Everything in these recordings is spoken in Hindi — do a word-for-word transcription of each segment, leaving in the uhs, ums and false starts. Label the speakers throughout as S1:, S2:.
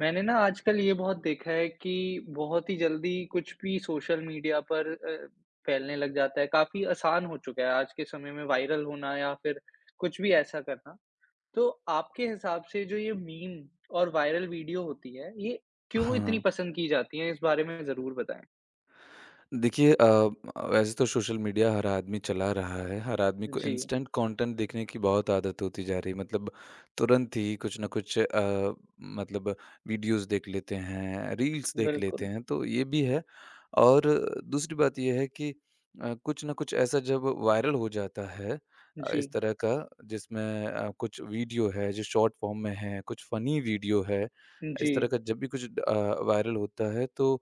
S1: मैंने ना आजकल ये बहुत देखा है कि बहुत ही जल्दी कुछ भी सोशल मीडिया पर अ, फैलने लग जाता है। काफ़ी आसान हो चुका है आज के समय में वायरल होना या फिर कुछ भी ऐसा करना। तो आपके हिसाब से जो ये मीम और वायरल वीडियो होती है, ये क्यों इतनी
S2: हाँ,
S1: पसंद की जाती हैं? इस बारे में ज़रूर बताएँ।
S2: देखिए अ, वैसे तो सोशल मीडिया हर आदमी चला रहा है, हर आदमी को
S1: जी,
S2: इंस्टेंट कंटेंट देखने की बहुत आदत होती जा रही है मतलब तुरंत ही कुछ ना कुछ अ, मतलब वीडियोस देख लेते हैं, रील्स देख लेते
S1: बिल्कुल।
S2: हैं, तो ये भी है और दूसरी बात ये है कि अ, कुछ ना कुछ ऐसा जब वायरल हो जाता है अ, इस
S1: जी,
S2: तरह का जिसमें अ, कुछ वीडियो है जो शॉर्ट फॉर्म में है, कुछ फ़नी वीडियो है,
S1: जी,
S2: इस तरह का जब भी कुछ अ, वायरल होता है तो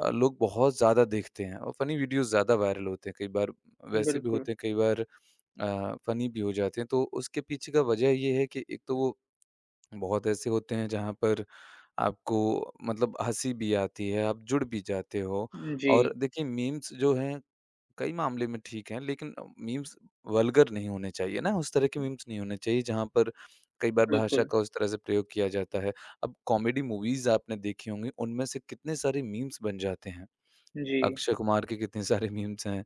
S2: अ, लोग बहुत ज़्यादा देखते हैं और फ़नी वीडियोज़ ज़्यादा वायरल होते हैं। कई बार वैसे भी
S1: बिल्कुल।
S2: होते हैं, कई बार अ, फ़नी भी हो जाते हैं। तो उसके पीछे का वजह ये है कि एक तो वो बहुत ऐसे होते हैं जहाँ पर आपको मतलब हँसी भी आती है, आप जुड़ भी जाते हो
S1: जी,
S2: और देखिए मीम्स जो हैं कई मामले में ठीक हैं लेकिन अ, मीम्स वल्गर नहीं होने चाहिए ना, उस तरह के मीम्स नहीं होने चाहिए जहाँ पर कई बार भाषा
S1: बिल्कुल।
S2: का उस तरह से प्रयोग किया जाता है। अब कॉमेडी मूवीज़ आपने देखी होंगी, उनमें से कितने सारे मीम्स बन जाते हैं।
S1: जी,
S2: अक्षय कुमार के कितने सारे मीम्स हैं,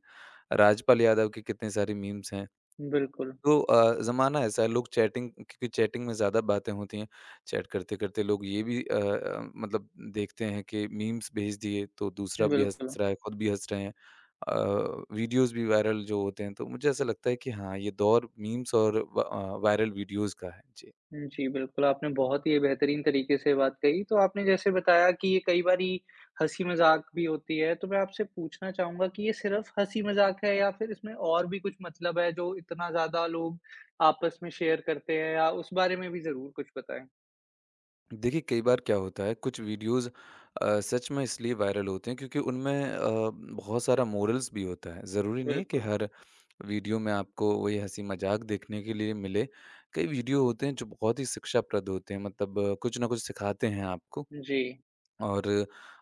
S2: राजपाल यादव के कितने सारे मीम्स हैं।
S1: बिल्कुल,
S2: तो अ, ज़माना ऐसा है लोग चैटिंग क्योंकि चैटिंग में ज़्यादा बातें होती हैं। चैट करते-करते लोग ये भी अ अ, मतलब देखते हैं कि मीम्स भेज दिए तो दूसरा भी हँस
S1: बिल्कुल।
S2: रहा है, खुद भी हँस रहे हैं। अ, वीडियोज़ भी वायरल जो होते हैं, तो मुझे ऐसा लगता है कि हाँ, ये दौर मीम्स और व अ, वायरल वीडियोज़ का है। जी।
S1: जी, बिल्कुल, आपने बहुत ही बेहतरीन तरीके से बात कही। तो आपने जैसे बताया कि ये कई बारी हँसी-मज़ाक भी होती है, तो मैं आपसे पूछना चाहूँगा कि ये सिर्फ़ हँसी-मज़ाक है या फिर इसमें और भी कुछ मतलब है जो इतना ज़्यादा लोग आपस में शेयर करते हैं या उस बारे में भी ज़रूर कुछ बताएँ?
S2: देखिए, कई बार क्या होता है कुछ वीडियोज़ अ, सच में इसलिए वायरल होते हैं क्योंकि उनमें अ, बहुत सारा मोरल्स भी होता है। ज़रूरी नहीं है कि
S1: बिल्कुल।
S2: हर वीडियो में आपको वही हँसी मज़ाक देखने के लिए मिले। कई वीडियो होते हैं जो बहुत ही शिक्षाप्रद होते हैं मतलब अ, कुछ ना कुछ सिखाते हैं आपको
S1: जी,
S2: और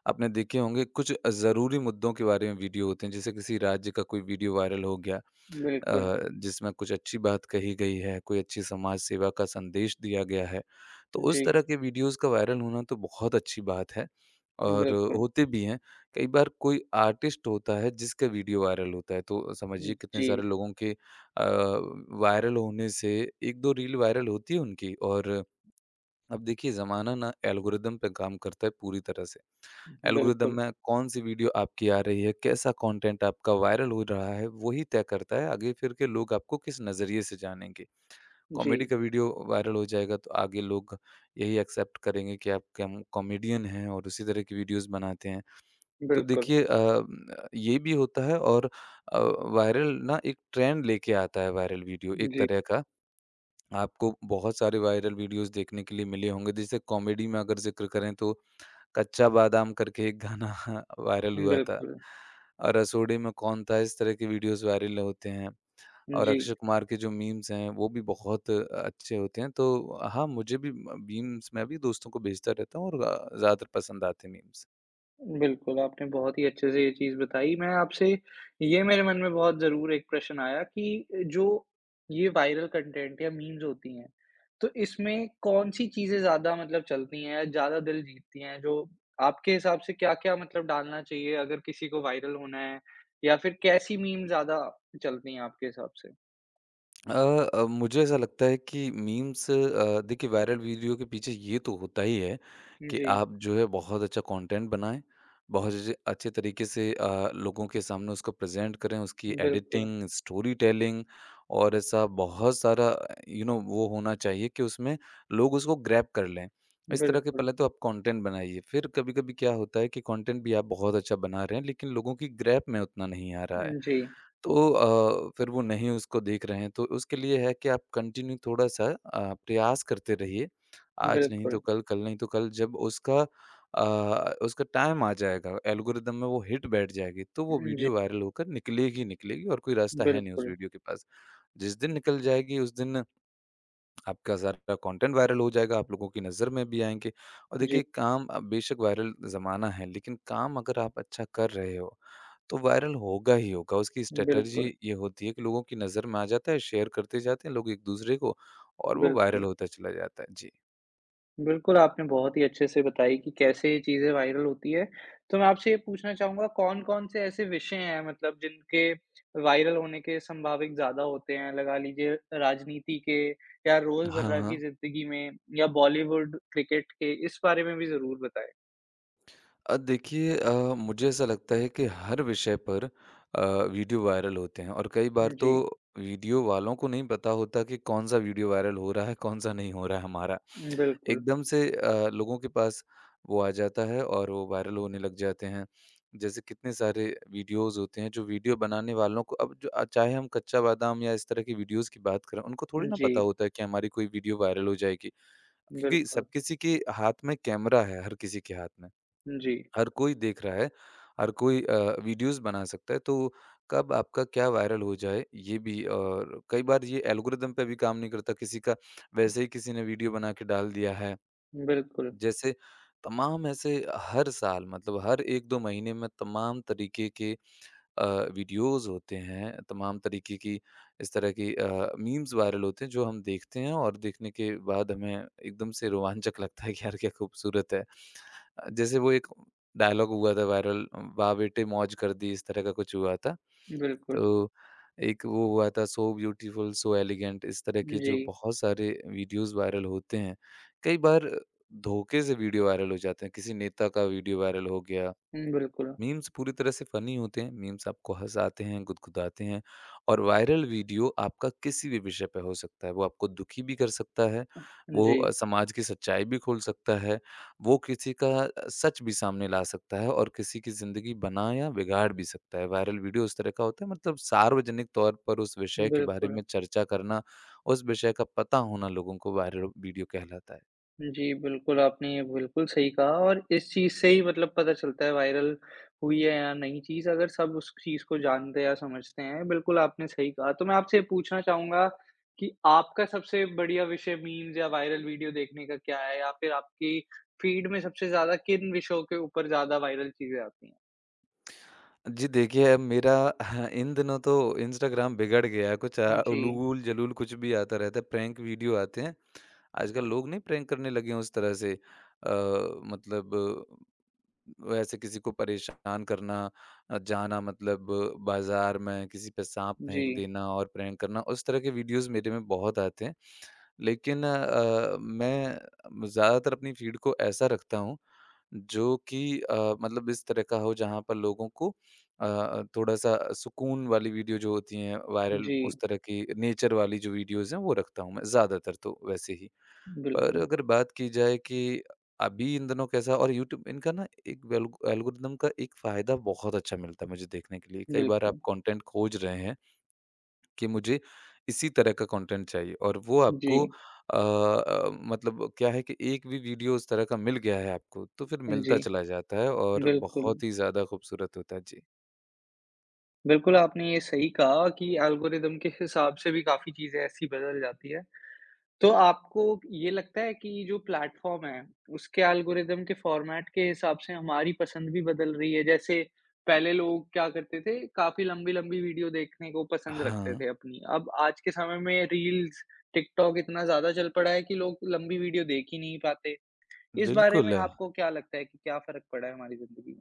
S2: आपने देखे होंगे कुछ ज़रूरी मुद्दों के बारे में वीडियो होते हैं। जैसे किसी राज्य का कोई वीडियो वायरल हो गया
S1: बिल्कुल।
S2: अ, जिसमें कुछ अच्छी बात कही गई है, कोई अच्छी समाज सेवा का संदेश दिया गया है, तो
S1: जी,
S2: उस तरह के वीडियोज़ का वायरल होना तो बहुत अच्छी बात है और
S1: बिल्कुल।
S2: होते भी हैं। कई बार कोई आर्टिस्ट होता है जिसका वीडियो वायरल होता है, तो समझिए कितने
S1: जी,
S2: सारे लोगों के अ, वायरल होने से एक दो रील वायरल होती है उनकी और अब देखिए ज़माना ना एल्गोरिदम पे काम करता है पूरी तरह से। एल्गोरिदम
S1: बिल्कुल।
S2: में कौन सी वीडियो आपकी आ रही है, कैसा कंटेंट आपका वायरल हो रहा है, वही तय करता है आगे फिर के लोग आपको किस नज़रिए से जानेंगे।
S1: जी,
S2: कॉमेडी का वीडियो वायरल हो जाएगा तो आगे लोग यही एक्सेप्ट करेंगे कि आप कम कॉमेडियन हैं और उसी तरह की वीडियोज़ बनाते हैं। तो
S1: बिल्कुल।
S2: देखिए अ, ये भी होता है और अ, वायरल ना एक ट्रेंड लेके आता है वायरल वीडियो एक
S1: जी,
S2: तरह का। आपको बहुत सारे वायरल वीडियोज़ देखने के लिए मिले होंगे जैसे कॉमेडी में अगर ज़िक्र करें तो कच्चा बादाम करके एक गाना वायरल हुआ था
S1: बिल्कुल।
S2: और रसोड़ी में कौन था इस तरह के वीडियोस वायरल होते हैं और
S1: जी।
S2: अक्षय कुमार के जो मीम्स हैं वो भी बहुत अच्छे होते हैं। तो हाँ, मुझे भी म मीम्स मैं भी दोस्तों को भेजता रहता हूँ और अ, ज़्यादातर पसंद आते हैं मीम्स।
S1: बिल्कुल, आपने बहुत ही अच्छे से ये चीज़ बताई। मैं आपसे ये मेरे मन में बहुत ज़रूर एक प्रश्न आया कि अ, जो ये वायरल कंटेंट या मीम्स होती हैं, तो इसमें कौन-सी चीज़ें ज़्यादा मतलब चलती हैं या ज़्यादा दिल जीतती हैं? जो आपके हिसाब से क्या-क्या मतलब डालना चाहिए अगर किसी को वायरल होना है या फिर कैसी मीम ज़्यादा चलती हैं आपके हिसाब से?
S2: अ अ, मुझे ऐसा लगता है कि मीम्स अ, देखिए वायरल वीडियो के पीछे ये तो होता ही है कि
S1: जी,
S2: आप जो है बहुत अच्छा कंटेंट बनाएं, बहुत अच्छे अच्छे तरीके से अ, लोगों के सामने उसको प्रेजेंट करें, उसकी
S1: बिल्कुल,
S2: एडिटिंग, स्टोरी टेलिंग और ऐसा बहुत सारा यू नो वो होना चाहिए कि उसमें लोग उसको ग्रैब कर लें। इस तरह के
S1: बिल्कुल।
S2: पहले तो आप कंटेंट बनाइए, फिर कभी-कभी क्या होता है कि कंटेंट भी आप बहुत अच्छा बना रहे हैं लेकिन लोगों की ग्रैब में उतना नहीं आ रहा है।
S1: जी,
S2: तो अ, फिर वो नहीं उसको देख रहे हैं, तो उसके लिए है कि आप कंटिन्यू थोड़ा-सा अ, प्रयास करते रहिए। आज नहीं
S1: बिल्कुल।
S2: तो कल, कल नहीं तो कल जब उसका अ, उसका टाइम आ जाएगा, एल्गोरिदम में वो हिट बैठ जाएगी, तो वो
S1: जी,
S2: वीडियो वायरल होकर निकलेगी, निकलेगी और कोई रास्ता है नहीं उस
S1: बिल्कुल।
S2: वीडियो के पास। जिस दिन निकल जाएगी, उस दिन आपका सारा कंटेंट वायरल हो जाएगा, आप लोगों की नज़र में भी आएँगे और
S1: जी,
S2: देखिए काम अ, बेशक वायरल ज़माना है, लेकिन काम अगर आप अच्छा कर रहे हो तो वायरल होगा ही होगा। उसकी स्ट्रैटेजी
S1: बिल्कुल,
S2: ये होती है कि लोगों की नज़र में आ जाता है, शेयर करते जाते हैं लोग एक-दूसरे को और वो वायरल
S1: बिल्कुल।
S2: होता चला जाता है। जी।
S1: बिल्कुल, आपने बहुत ही अच्छे से बताई कि कैसे ये चीज़ें वायरल होती है। तो मैं आपसे ये पूछना चाहूँगा कौन-कौन से ऐसे विषय हैं मतलब जिनके वायरल होने के संभाविक ज़्यादा होते हैं? लगा लीजिए राजनीति के या रोज़मर्रा की
S2: हाँ।
S1: ज़िंदगी में या बॉलीवुड, क्रिकेट के इस बारे में भी ज़रूर बताएँ।
S2: अ, देखिए अ, मुझे ऐसा लगता है कि हर विषय पर अ, वीडियो वायरल होते हैं और कई बार तो
S1: जी।
S2: वीडियो वालों को नहीं पता होता कि कौन-सा वीडियो वायरल हो रहा है, कौन-सा नहीं हो रहा है हमारा।
S1: बिल्कुल।
S2: एकदम से अ, लोगों के पास वो आ जाता है और वो वायरल होने लग जाते हैं। जैसे कितने सारे वीडियोज़ होते हैं, जो वीडियो बनाने वालों को अब जो अ, चाहे हम कच्चा बादाम या इस तरह की वीडियोज़ की बात करें, उनको थोड़ी ना पता
S1: जी,
S2: होता है कि हमारी कोई वीडियो वायरल हो जाएगी। क्योंकि
S1: बिल्कुल।
S2: सब किसी के हाथ में कैमरा है, हर किसी के हाथ में।
S1: जी,
S2: हर कोई देख रहा है, हर कोई अ, वीडियोज़ बना सकता है, तो कब आपका क्या वायरल हो जाए, ये भी और कई बार ये एल्गोरिदम पे भी काम नहीं करता। किसी का वैसे ही किसी ने वीडियो बना के डाल दिया है।
S1: बिल्कुल,
S2: जैसे तमाम ऐसे हर साल मतलब हर एक दो महीने में तमाम तरीके के अ, वीडियोज़ होते हैं, तमाम तरीके की इस तरह की अ, मीम्स वायरल होते हैं जो हम देखते हैं और देखने के बाद हमें एकदम से रोमांचक लगता है कि यार क्या खूबसूरत है। अ, जैसे वो एक डायलॉग हुआ था वायरल वाह बेटे मौज कर दी, इस तरह का कुछ हुआ था।
S1: बिल्कुल।
S2: तो एक वो हुआ था सो ब्यूटीफुल, सो एलिगेंट इस तरह के
S1: जी,
S2: जो बहुत सारे वीडियोज़ वायरल होते हैं। कई बार धोखे से वीडियो वायरल हो जाते हैं, किसी नेता का वीडियो वायरल हो गया
S1: बिल्कुल।
S2: मीम्स पूरी तरह से फ़नी होते हैं, मीम्स आपको हँसाते हैं, गुदगुदाते हैं और वायरल वीडियो आपका किसी भी विषय पे हो सकता है। वो आपको दुखी भी कर सकता है, वो
S1: जी,
S2: अ, समाज की सच्चाई भी खोल सकता है, वो किसी का अ, सच भी सामने ला सकता है और किसी की ज़िंदगी बना या बिगाड़ भी सकता है। वायरल वीडियो उस तरह का होता है मतलब सार्वजनिक तौर पर उस विषय के बारे
S1: बिल्कुल।
S2: में चर्चा करना, उस विषय का पता होना लोगों को वायरल वीडियो कहलाता है।
S1: जी, बिल्कुल, आपने ये बिल्कुल सही कहा और इस चीज़ से ही मतलब पता चलता है वायरल हुई है या नहीं चीज़, अगर सब उस चीज़ को जानते या समझते हैं, बिल्कुल आपने सही कहा। तो मैं आपसे ये पूछना चाहूँगा कि आपका सबसे बढ़िया विषय मीम्स या वायरल वीडियो देखने का क्या है? या फिर आपकी फ़ीड में सबसे ज़्यादा किन विषयों के ऊपर ज़्यादा वायरल चीज़ें आती हैं?
S2: जी देखिए, अब मेरा इन दिनों तो इंस्टाग्राम बिगड़ गया है, कुछ अ,
S1: जी,
S2: उलूल-जलूल कुछ भी आता रहता है, प्रैंक वीडियो आते हैं। आजकल लोग नहीं प्रैंक करने लगे हैं उस तरह से अ, मतलब वैसे किसी को परेशान करना अ, जाना मतलब बाज़ार में किसी पे साँप
S1: जी,
S2: फेंक देना और प्रैंक करना, उस तरह के वीडियोज़ मेरे में बहुत आते हैं। लेकिन अ, मैं ज़्यादातर अपनी फ़ीड को ऐसा रखता हूँ, जो कि अ, मतलब इस तरह का हो जहाँ पर लोगों को अ, थोड़ा-सा सुकून वाली वीडियो जो होती हैं वायरल
S1: जी,
S2: उस तरह की नेचर वाली जो वीडियोज़ हैं वो रखता हूँ मैं ज़्यादातर तो वैसे ही। पर
S1: बिल्कुल,
S2: अगर बात की जाए कि अभी इन दिनों कैसा और यूट्यूब इनका ना एक वेल्ग एल्गोरिदम का एक फ़ायदा बहुत अच्छा मिलता है मुझे देखने के लिए। कई बार आप
S1: बिल्कुल।
S2: कंटेंट खोज रहे हैं कि मुझे इसी तरह का कंटेंट चाहिए और वो
S1: जी,
S2: आपको अ अ, मतलब क्या है कि एक भी वीडियो उस तरह का मिल गया है आपको, तो फिर मिलता
S1: जी,
S2: चला जाता है और
S1: बिल्कुल।
S2: बहुत ही ज़्यादा खूबसूरत होता है। जी।
S1: बिल्कुल, आपने ये सही कहा कि एल्गोरिदम के हिसाब से भी काफ़ी चीज़ें ऐसी बदल जाती है। तो आपको ये लगता है कि जो प्लेटफ़ॉर्म है, उसके एल्गोरिदम के फ़ॉर्मेट के हिसाब से हमारी पसंद भी बदल रही है? जैसे पहले लोग क्या करते थे, काफ़ी लंबी-लंबी वीडियो देखने को पसंद रखते
S2: हाँ,
S1: थे अपनी। अब आज के समय में रील्स, टिकटॉक इतना ज़्यादा चल पड़ा है कि लोग लंबी वीडियो देख ही नहीं पाते। इस बारे में
S2: बिल्कुल।
S1: आपको क्या लगता है कि क्या फ़र्क पड़ा है हमारी ज़िंदगी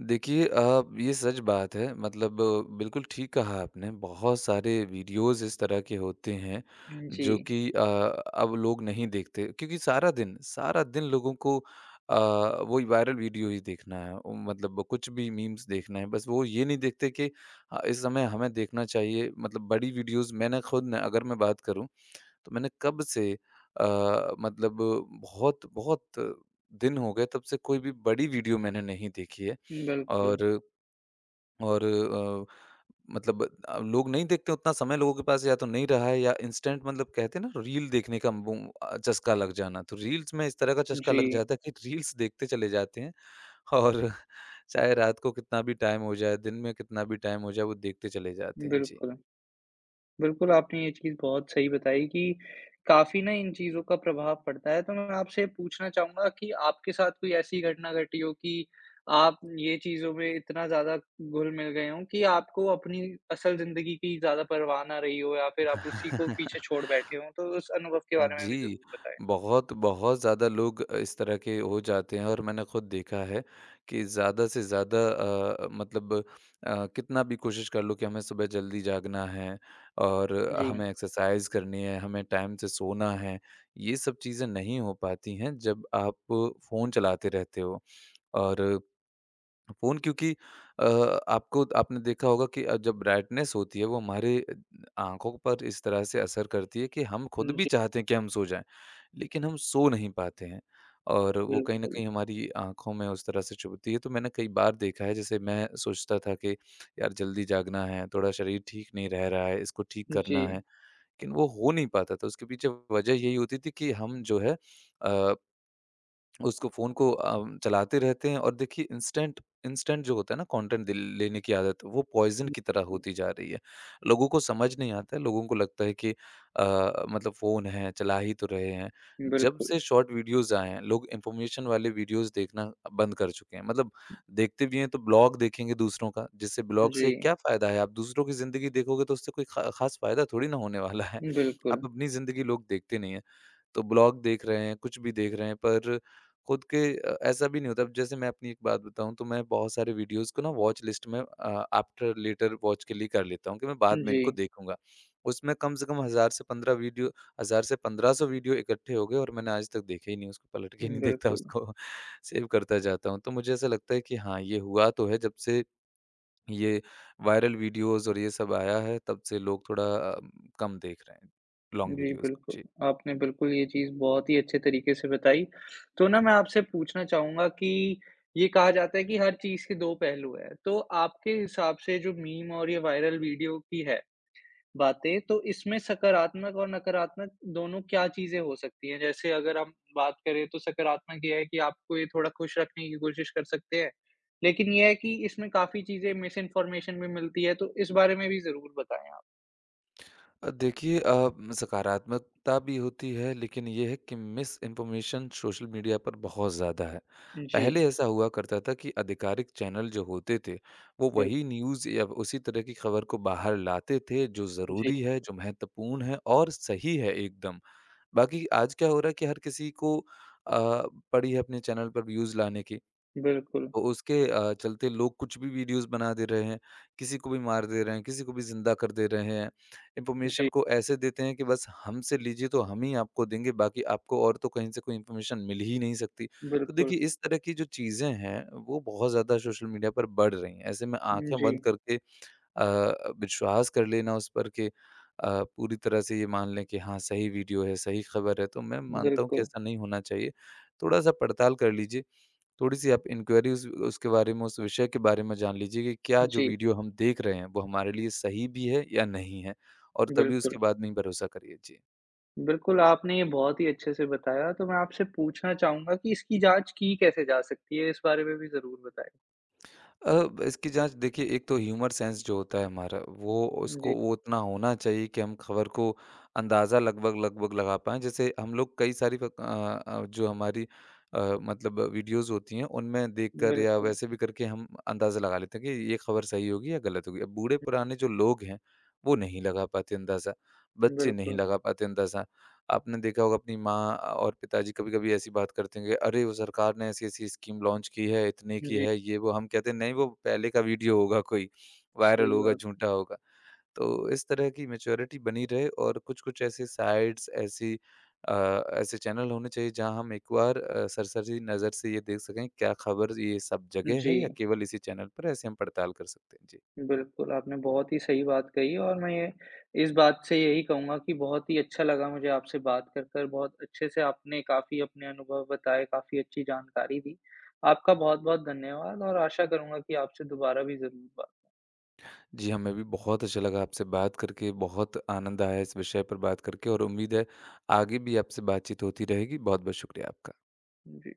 S2: देखिए अ, ये सच बात है मतलब बिल्कुल ठीक कहा आपने बहुत सारे वीडियोस इस तरह के होते हैं
S1: में? जी,
S2: जो कि अ, अब लोग नहीं देखते क्योंकि सारा दिन सारा दिन लोगों को अ, वो वायरल वीडियो ही देखना है उ- मतलब कुछ भी मीम्स देखना है बस वो ये नहीं देखते कि अ, इस समय हमें देखना चाहिए मतलब बड़ी वीडियोस मैंने खुद न, अगर मैं बात करूं तो मैंने कब से अ, मतलब बहुत बहुत दिन हो गए तब से कोई भी बड़ी वीडियो मैंने नहीं देखी है
S1: बिल्कुल।
S2: और और अ, मतलब अ, लोग नहीं देखते उतना समय लोगों के पास या तो नहीं रहा है या इंस्टेंट मतलब कहते हैं ना रील देखने का वो अ, चस्का लग जाना तो रील्स में इस तरह का चस्का
S1: जी,
S2: लग जाता है कि रील्स देखते चले जाते हैं और चाहे रात को कितना भी टाइम हो जाए दिन में कितना भी टाइम हो जाए वो देखते चले जाते हैं जी
S1: बिल्कुल। बिल्कुल, आपने ये चीज़ बहुत सही बताई कि काफ़ी ना इन चीज़ों का प्रभाव पड़ता है, तो मैं आपसे पूछना चाहूँगा कि आपके साथ कोई ऐसी घटना घटी हो कि आप ये चीज़ों में इतना ज़्यादा घुल-मिल गए हों कि आपको अपनी असल ज़िंदगी की ज़्यादा परवाह ना रही हो या फिर आप उसी को पीछे छोड़ बैठे हों? तो उस अनुभव के बारे में भी
S2: जी,
S1: ज़रूर बताएँ।
S2: बहुत, बहुत ज़्यादा लोग इस तरह के हो जाते हैं और मैंने खुद देखा है कि ज़्यादा से ज़्यादा अ, मतलब अ, कितना भी कोशिश कर लो कि हमें सुबह जल्दी जागना है और
S1: जी।
S2: हमें एक्सरसाइज़ करनी है, हमें टाइम से सोना है, ये सब चीज़ें नहीं हो पाती हैं जब आप फ़ोन चलाते रहते हो और फ़ोन क्योंकि अ, आपको आपने देखा होगा कि अ, जब ब्राइटनेस होती है वो हमारे अ, आँखों पर इस तरह से असर करती है कि हम खुद भी
S1: जी,
S2: चाहते हैं कि हम सो जाएँ, लेकिन हम सो नहीं पाते हैं और वो कहीं न
S1: बिल्कुल।
S2: कहीं हमारी आँखों में उस तरह से चुभती है। तो मैंने कई बार देखा है जैसे मैं सोचता था कि यार जल्दी जागना है, थोड़ा शरीर ठीक नहीं रह रहा है, इसको ठीक
S1: जी।
S2: करना है, लेकिन वो हो नहीं पाता था। उसके पीछे वजह यही होती थी कि हम जो है अ, उसको फ़ोन को अम, चलाते रहते हैं और देखिए इंस्टेंट इंस्टेंट जो होता है ना कंटेंट दिल लेने की आदत वो पॉइज़न की तरह
S1: बिल्कुल।
S2: होती जा रही है। लोगों को समझ नहीं आता है, लोगों को लगता है कि अ, मतलब फ़ोन है, चला ही तो रहे हैं। जब
S1: बिल्कुल।
S2: से शॉर्ट वीडियोज़ आए हैं, लोग इन्फॉर्मेशन वाले वीडियोज़ देखना बंद कर चुके हैं। मतलब देखते भी हैं तो ब्लॉग देखेंगे दूसरों का, जिससे ब्लॉग
S1: जी,
S2: से क्या फ़ायदा है? आप दूसरों की ज़िंदगी देखोगे तो उससे कोई ख़ा ख़ास फ़ायदा थोड़ी ना होने वाला है।
S1: बिल्कुल।
S2: आप अपनी ज़िंदगी लोग देखते नहीं हैं। तो ब्लॉग देख रहे हैं, कुछ भी देख रहे हैं पर खुद के अ, ऐसा भी नहीं होता। अब जैसे मैं अपनी एक बात बताऊँ तो मैं बहुत सारे वीडियोज़ को ना वॉच लिस्ट में अ, आफ्टर लेटर वॉच के लिए कर लेता हूँ कि मैं बाद में
S1: जी,
S2: इनको देखूँगा। उसमें कम से कम एक हज़ार से पंद्रह वीडियो एक हज़ार से पंद्रह सौ वीडियो इकट्ठे हो गए और मैंने आज तक देखे ही नहीं, उसको पलट के नहीं देखता,
S1: बिल्कुल।
S2: उसको सेव करता जाता हूँ। तो मुझे ऐसा लगता है कि हाँ, ये हुआ तो है जब से ये वायरल वीडियोज़ और ये सब आया है, तब से लोग थोड़ा अ, कम देख रहे हैं लॉन्ग
S1: जी,
S2: वीडियोज़ को।
S1: बिल्कुल।
S2: जी।
S1: आपने बिल्कुल ये चीज़ बहुत ही अच्छे तरीके से बताई। तो ना मैं आपसे पूछना चाहूँगा कि ये कहा जाता है कि हर चीज़ के दो पहलू हैं। तो आपके हिसाब से जो मीम और ये वायरल वीडियो की है बातें, तो इसमें सकारात्मक और नकारात्मक दोनों क्या चीज़ें हो सकती हैं? जैसे अगर हम बात करें तो सकारात्मक ये है कि आपको ये थोड़ा खुश रखने की कोशिश कर सकते हैं। लेकिन ये है कि इसमें काफ़ी चीज़ें मिस इन्फॉर्मेशन भी मिलती है, तो इस बारे में भी ज़रूर बताएँ आप।
S2: अ, देखिए अ, सकारात्मकता भी होती है लेकिन ये है कि मिस इन्फॉर्मेशन सोशल मीडिया पर बहुत ज़्यादा है।
S1: जी,
S2: पहले ऐसा हुआ करता था कि आधिकारिक चैनल जो होते थे, वो
S1: बिल
S2: वही न्यूज़ या उसी तरह की खबर को बाहर लाते थे जो
S1: जी,
S2: ज़रूरी है, जो महत्वपूर्ण है और सही है एकदम। बाकी आज क्या हो रहा है कि हर किसी को अ, पड़ी है अपने चैनल पर व्यूज़ लाने की,
S1: बिल्कुल।
S2: तो उसके अ, चलते लोग कुछ भी वीडियोस बना दे रहे हैं, किसी को भी मार दे रहे हैं, किसी को भी ज़िंदा कर दे रहे हैं। इन्फॉर्मेशन
S1: जी,
S2: को ऐसे देते हैं कि बस हमसे लीजिए तो हम ही आपको देंगे, बाकी आपको और तो कहीं से कोई इन्फॉर्मेशन मिल ही नहीं सकती। तो
S1: बिल्कुल।
S2: देखिए इस तरह की जो चीज़ें हैं, वो बहुत ज़्यादा सोशल मीडिया पर बढ़ रही हैं। ऐसे में आँखें
S1: जी,
S2: बंद करके अ, विश्वास कर लेना उस पर कि अ, पूरी तरह से ये मान लें कि हाँ, सही वीडियो है, सही खबर है, तो मैं मानता हूँ कि
S1: बिल्कुल।
S2: ऐसा नहीं होना चाहिए। थोड़ा-सा पड़ताल कर लीजिए। थोड़ी-सी आप इंक्वायरी उस उसके बारे में, उस विषय के बारे में जान लीजिए कि क्या जो
S1: जी,
S2: वीडियो हम देख रहे हैं, वो हमारे लिए सही भी है या नहीं है? और तभी
S1: बिल्कुल।
S2: उसके बाद में ही भरोसा करिए। जी।
S1: बिल्कुल, आपने ये बहुत ही अच्छे से बताया, तो मैं आपसे पूछना चाहूँगा कि इसकी जाँच की कैसे जा सकती है? इस बारे में भी ज़रूर बताएँ।
S2: अ, इसकी जाँच देखिए, एक तो ह्यूमर सेंस जो होता है हमारा वो उसको
S1: जी,
S2: वो उतना होना चाहिए कि हम खबर को अंदाज़ा लगभग-लगभग लगा पाएँ। जैसे हम लोग कई सारी फ़ अ अ, जो हमारी अ, मतलब वीडियोज़ होती हैं उनमें देखकर या
S1: बिल्कुल।
S2: वैसे भी करके हम अंदाज़ा लगा लेते हैं कि ये खबर सही होगी या गलत होगी। अब बूढ़े-पुराने जो लोग हैं, वो नहीं लगा पाते अंदाज़ा, बच्चे नहीं
S1: बिल्कुल।
S2: लगा पाते अंदाज़ा। आपने देखा होगा, अपनी माँ और पिताजी कभी-कभी ऐसी बात करते हैं कि अरे! वो सरकार ने ऐसी-ऐसी स्कीम लॉन्च की है, इतने की
S1: जी,
S2: है, ये वो। हम कहते हैं नहीं, वो पहले का वीडियो होगा कोई, वायरल
S1: सही
S2: होगा,
S1: बात।
S2: झूठा होगा। तो इस तरह की मैच्योरिटी बनी रहे और कुछ-कुछ ऐसे साइट्स ऐसी अ, ऐसे चैनल होने चाहिए जहाँ हम एक बार अ, सरसरी नज़र से ये देख सकें, क्या खबर ये सब जगह
S1: जी।
S2: है या केवल इसी चैनल पर, ऐसे हम पड़ताल कर सकते हैं। जी।
S1: बिल्कुल, आपने बहुत ही सही बात कही और मैं ये इस बात से यही कहूँगा कि बहुत ही अच्छा लगा मुझे आपसे बात कर कर, बहुत अच्छे से आपने काफ़ी अपने अनुभव बताए, काफ़ी अच्छी जानकारी दी। आपका बहुत-बहुत धन्यवाद और आशा करूँगा कि आपसे दोबारा भी ज़रूर बात
S2: जी, हमें भी बहुत अच्छा लगा आपसे बात करके, बहुत आनंद आया इस विषय पर बात करके और उम्मीद है आगे भी आपसे बातचीत होती रहेगी। बहुत-बहुत शुक्रिया आपका।
S1: जी।